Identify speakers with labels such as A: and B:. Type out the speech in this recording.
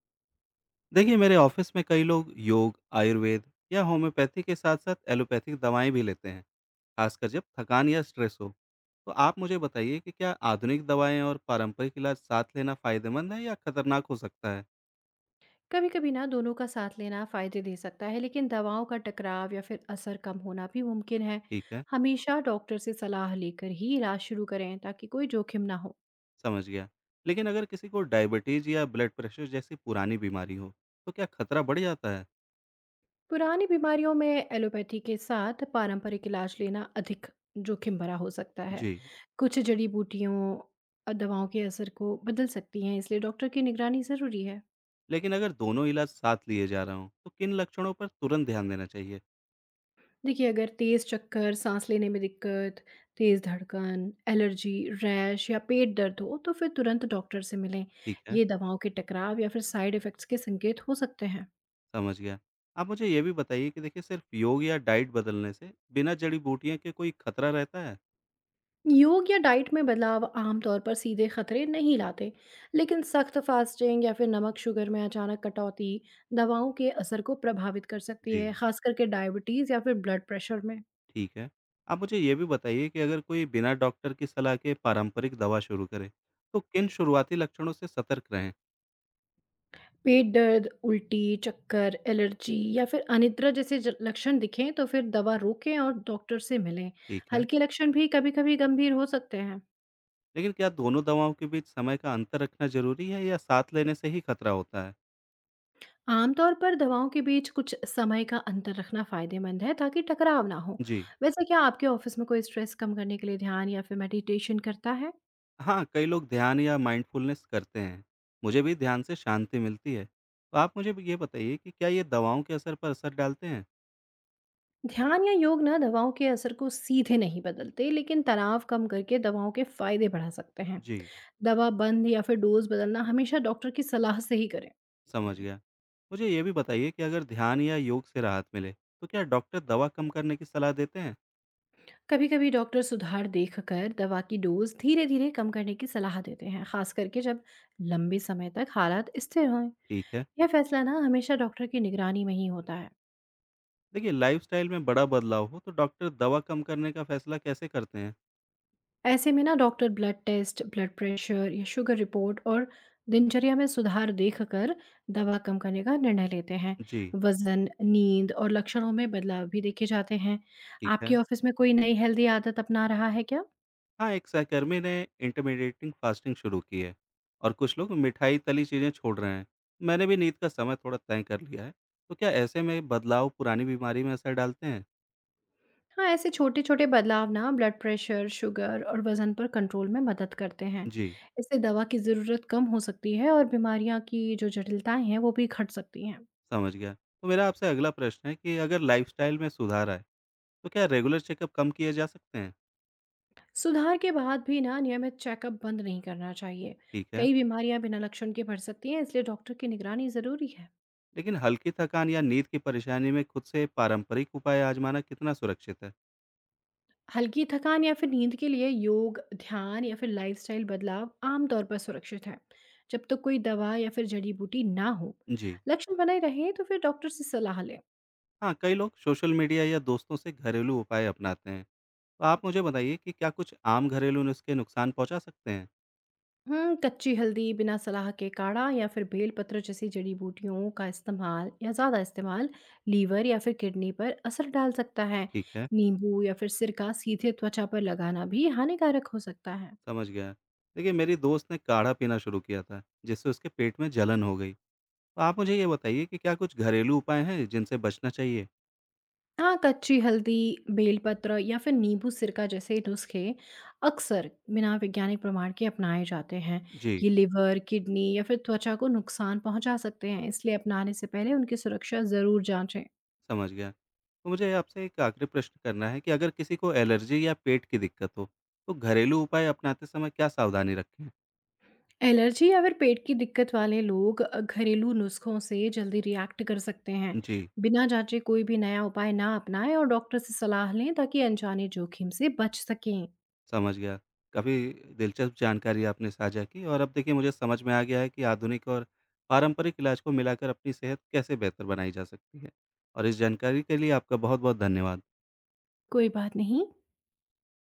A: देखिए, मेरे ऑफिस में कई लोग योग, आयुर्वेद या होम्योपैथी के साथ साथ एलोपैथिक दवाएं भी लेते हैं, खासकर जब थकान या स्ट्रेस हो। तो आप मुझे बताइए कि क्या आधुनिक दवाएं और पारंपरिक इलाज साथ लेना फायदेमंद है या खतरनाक हो सकता है।
B: कभी-कभी ना दोनों का साथ लेना फायदे दे सकता है, लेकिन दवाओं का टकराव या फिर असर कम होना भी मुमकिन है।
A: ठीक है।
B: हमेशा डॉक्टर से सलाह लेकर ही इलाज शुरू करें ताकि कोई जोखिम ना हो।
A: समझ गया। लेकिन अगर किसी को डायबिटीज या ब्लड प्रेशर जैसी पुरानी बीमारी हो, तो क्या खतरा बढ़ जाता है।
B: पुरानी बीमारियों में एलोपैथी के साथ पारंपरिक इलाज लेना अधिक जोखिम भरा हो सकता है।
A: जी।
B: कुछ जड़ी बूटियों और दवाओं के असर को बदल सकती हैं, इसलिए डॉक्टर की निगरानी ज़रूरी है।
A: लेकिन अगर दोनों इलाज साथ लिए जा रहा हूँ, तो किन लक्षणों पर तुरंत ध्यान देना चाहिए।
B: देखिए, अगर तेज़ चक्कर, साँस लेने में दिक्कत, तेज़ धड़कन, एलर्जी, रैश या पेट दर्द हो, तो फिर तुरंत डॉक्टर से मिलें।
A: ठीक है।
B: ये दवाओं के टकराव या फिर साइड इफ़ेक्ट्स के संकेत हो सकते हैं।
A: समझ गया। आप मुझे ये भी बताइए कि देखिए, सिर्फ़ योग या डाइट बदलने से बिना जड़ी-बूटियों के कोई खतरा रहता है?
B: योग या डाइट में बदलाव आमतौर पर सीधे खतरे नहीं लाते, लेकिन सख्त फास्टिंग या फिर नमक शुगर में अचानक कटौती दवाओं के असर को प्रभावित कर सकती
A: जी।
B: है, खास करके डायबिटीज़ या फिर ब्लड प्रेशर में।
A: ठीक है। आप मुझे ये भी बताइए कि अगर कोई बिना डॉक्टर की सलाह के पारंपरिक दवा शुरू करे, तो किन शुरुआती लक्षणों से सतर्क रहें?
B: पेट दर्द, उल्टी, चक्कर, एलर्जी या फिर अनिद्रा जैसे लक्षण दिखें तो फिर दवा रोकें और डॉक्टर से मिलें।
A: ठीक है।
B: हल्के लक्षण भी कभी-कभी गंभीर हो सकते हैं।
A: लेकिन क्या दोनों दवाओं के बीच समय का अंतर रखना ज़रूरी है या साथ लेने से ही खतरा होता है?
B: आमतौर पर दवाओं के बीच कुछ समय का अंतर रखना फायदेमंद है ताकि टकराव ना हो।
A: जी।
B: वैसे क्या आपके ऑफिस में कोई स्ट्रेस कम करने के लिए ध्यान या फिर मेडिटेशन करता है?
A: हाँ, कई लोग ध्यान या माइंडफुलनेस करते हैं। मुझे भी ध्यान से शांति मिलती है। तो आप मुझे ये बताइए कि क्या ये दवाओं के असर पर असर डालते हैं?
B: ध्यान या योग ना दवाओं के असर को सीधे नहीं बदलते, लेकिन तनाव कम करके दवाओं के फायदे बढ़ा सकते हैं।
A: जी।
B: दवा बंद या फिर डोज बदलना हमेशा डॉक्टर की सलाह से ही करें।
A: समझ गया। मुझे ये भी बताइए कि अगर ध्यान या योग से राहत मिले, तो क्या डॉक्टर दवा कम करने की सलाह देते हैं?
B: कभी-कभी डॉक्टर सुधार देखकर दवा की डोज धीरे-धीरे कम करने की सलाह देते हैं, खास करके जब लंबे समय तक हालात स्थिर हों।
A: ठीक है।
B: यह फैसला ना हमेशा डॉक्टर की निगरानी में ही होता है।
A: देखिए, लाइफ़स्टाइल में बड़ा बदलाव हो तो डॉक्टर दवा कम करने का फैसला कैसे करते हैं?
B: ऐसे में ना doctor blood test, blood pressure या शुगर रिपोर्ट और दिनचर्या में सुधार देखकर दवा कम करने का निर्णय लेते हैं।
A: जी।
B: वज़न, नींद और लक्षणों में बदलाव भी देखे जाते हैं।
A: ठीक
B: आपके
A: है।
B: ऑफिस में कोई नई हेल्दी आदत अपना रहा है क्या?
A: हाँ, एक सहकर्मी ने इंटरमिटेंट फास्टिंग शुरू की है और कुछ लोग मिठाई, तली चीज़ें छोड़ रहे हैं। मैंने भी नींद का समय थोड़ा तय कर लिया है। तो क्या ऐसे में बदलाव पुरानी बीमारी में असर डालते हैं?
B: हाँ, ऐसे छोटे छोटे बदलाव ना ब्लड प्रेशर, शुगर और वज़न पर कंट्रोल में मदद करते हैं।
A: जी।
B: इससे दवा की ज़रूरत कम हो सकती है और बीमारियाँ की जो जटिलताएं हैं वो भी घट सकती हैं।
A: समझ गया। तो मेरा आपसे अगला प्रश्न है कि अगर लाइफ़स्टाइल में सुधार आए, तो क्या रेगुलर चेकअप कम किए जा सकते हैं?
B: सुधार के बाद भी ना नियमित चेकअप बंद नहीं करना चाहिए।
A: ठीक है।
B: कई बीमारियाँ बिना लक्षण के बढ़ सकती हैं, इसलिए डॉक्टर की निगरानी ज़रूरी है।
A: लेकिन हल्की थकान या नींद की परेशानी में खुद से पारंपरिक उपाय आजमाना कितना सुरक्षित है?
B: हल्की थकान या फिर नींद के लिए योग, ध्यान या फिर लाइफस्टाइल बदलाव आमतौर पर सुरक्षित है, जब तक कोई दवा या फिर जड़ी बूटी ना हो।
A: जी।
B: लक्षण बने रहे तो फिर डॉक्टर से सलाह लें।
A: हाँ, कई लोग सोशल मीडिया या दोस्तों से घरेलू उपाय अपनाते हैं। तो आप मुझे बताइए कि क्या कुछ आम घरेलू नुस्खे नुकसान पहुँचा सकते हैं?
B: हुँ, कच्ची हल्दी, बिना सलाह के काढ़ा या फिर बेलपत्र जैसी जड़ी-बूटियों का इस्तेमाल या ज़्यादा इस्तेमाल लीवर या फिर किडनी पर असर डाल सकता है।
A: ठीक है।
B: नींबू या फिर सिरका सीधे त्वचा पर लगाना भी हानिकारक हो सकता है।
A: समझ गया। देखिए, मेरी दोस्त ने काढ़ा पीना शुरू किया था, जिससे उसके पेट में जलन हो गई। तो आप मुझे ये बताइए कि क्या कुछ घरेलू उपाय हैं जिनसे बचना चाहिए?
B: हाँ, कच्ची हल्दी, बेलपत्र या फिर नींबू सिरका जैसे नुस्खे अक्सर बिना वैज्ञानिक प्रमाण के अपनाए जाते हैं।
A: जी।
B: ये लिवर, किडनी या फिर त्वचा को नुकसान पहुँचा सकते हैं, इसलिए अपनाने से पहले उनकी सुरक्षा ज़रूर जांचें।
A: समझ गया। तो मुझे आपसे एक आखिरी प्रश्न करना है कि अगर किसी को एलर्जी या पेट की दिक्कत हो, तो घरेलू उपाय अपनाते समय क्या सावधानी रखें?
B: एलर्जी या फिर पेट की दिक्कत वाले लोग घरेलू नुस्खों से जल्दी रिएक्ट कर सकते हैं।
A: जी।
B: बिना जांचे कोई भी नया उपाय ना अपनाएं और डॉक्टर से सलाह लें ताकि अनजाने जोखिम से बच सकें।
A: समझ गया। काफ़ी दिलचस्प जानकारी आपने साझा की और अब देखिए, मुझे समझ में आ गया है कि आधुनिक और पारंपरिक इलाज को मिलाकर अपनी सेहत कैसे बेहतर बनाई जा सकती है। और इस जानकारी के लिए आपका बहुत-बहुत धन्यवाद।
B: कोई बात नहीं।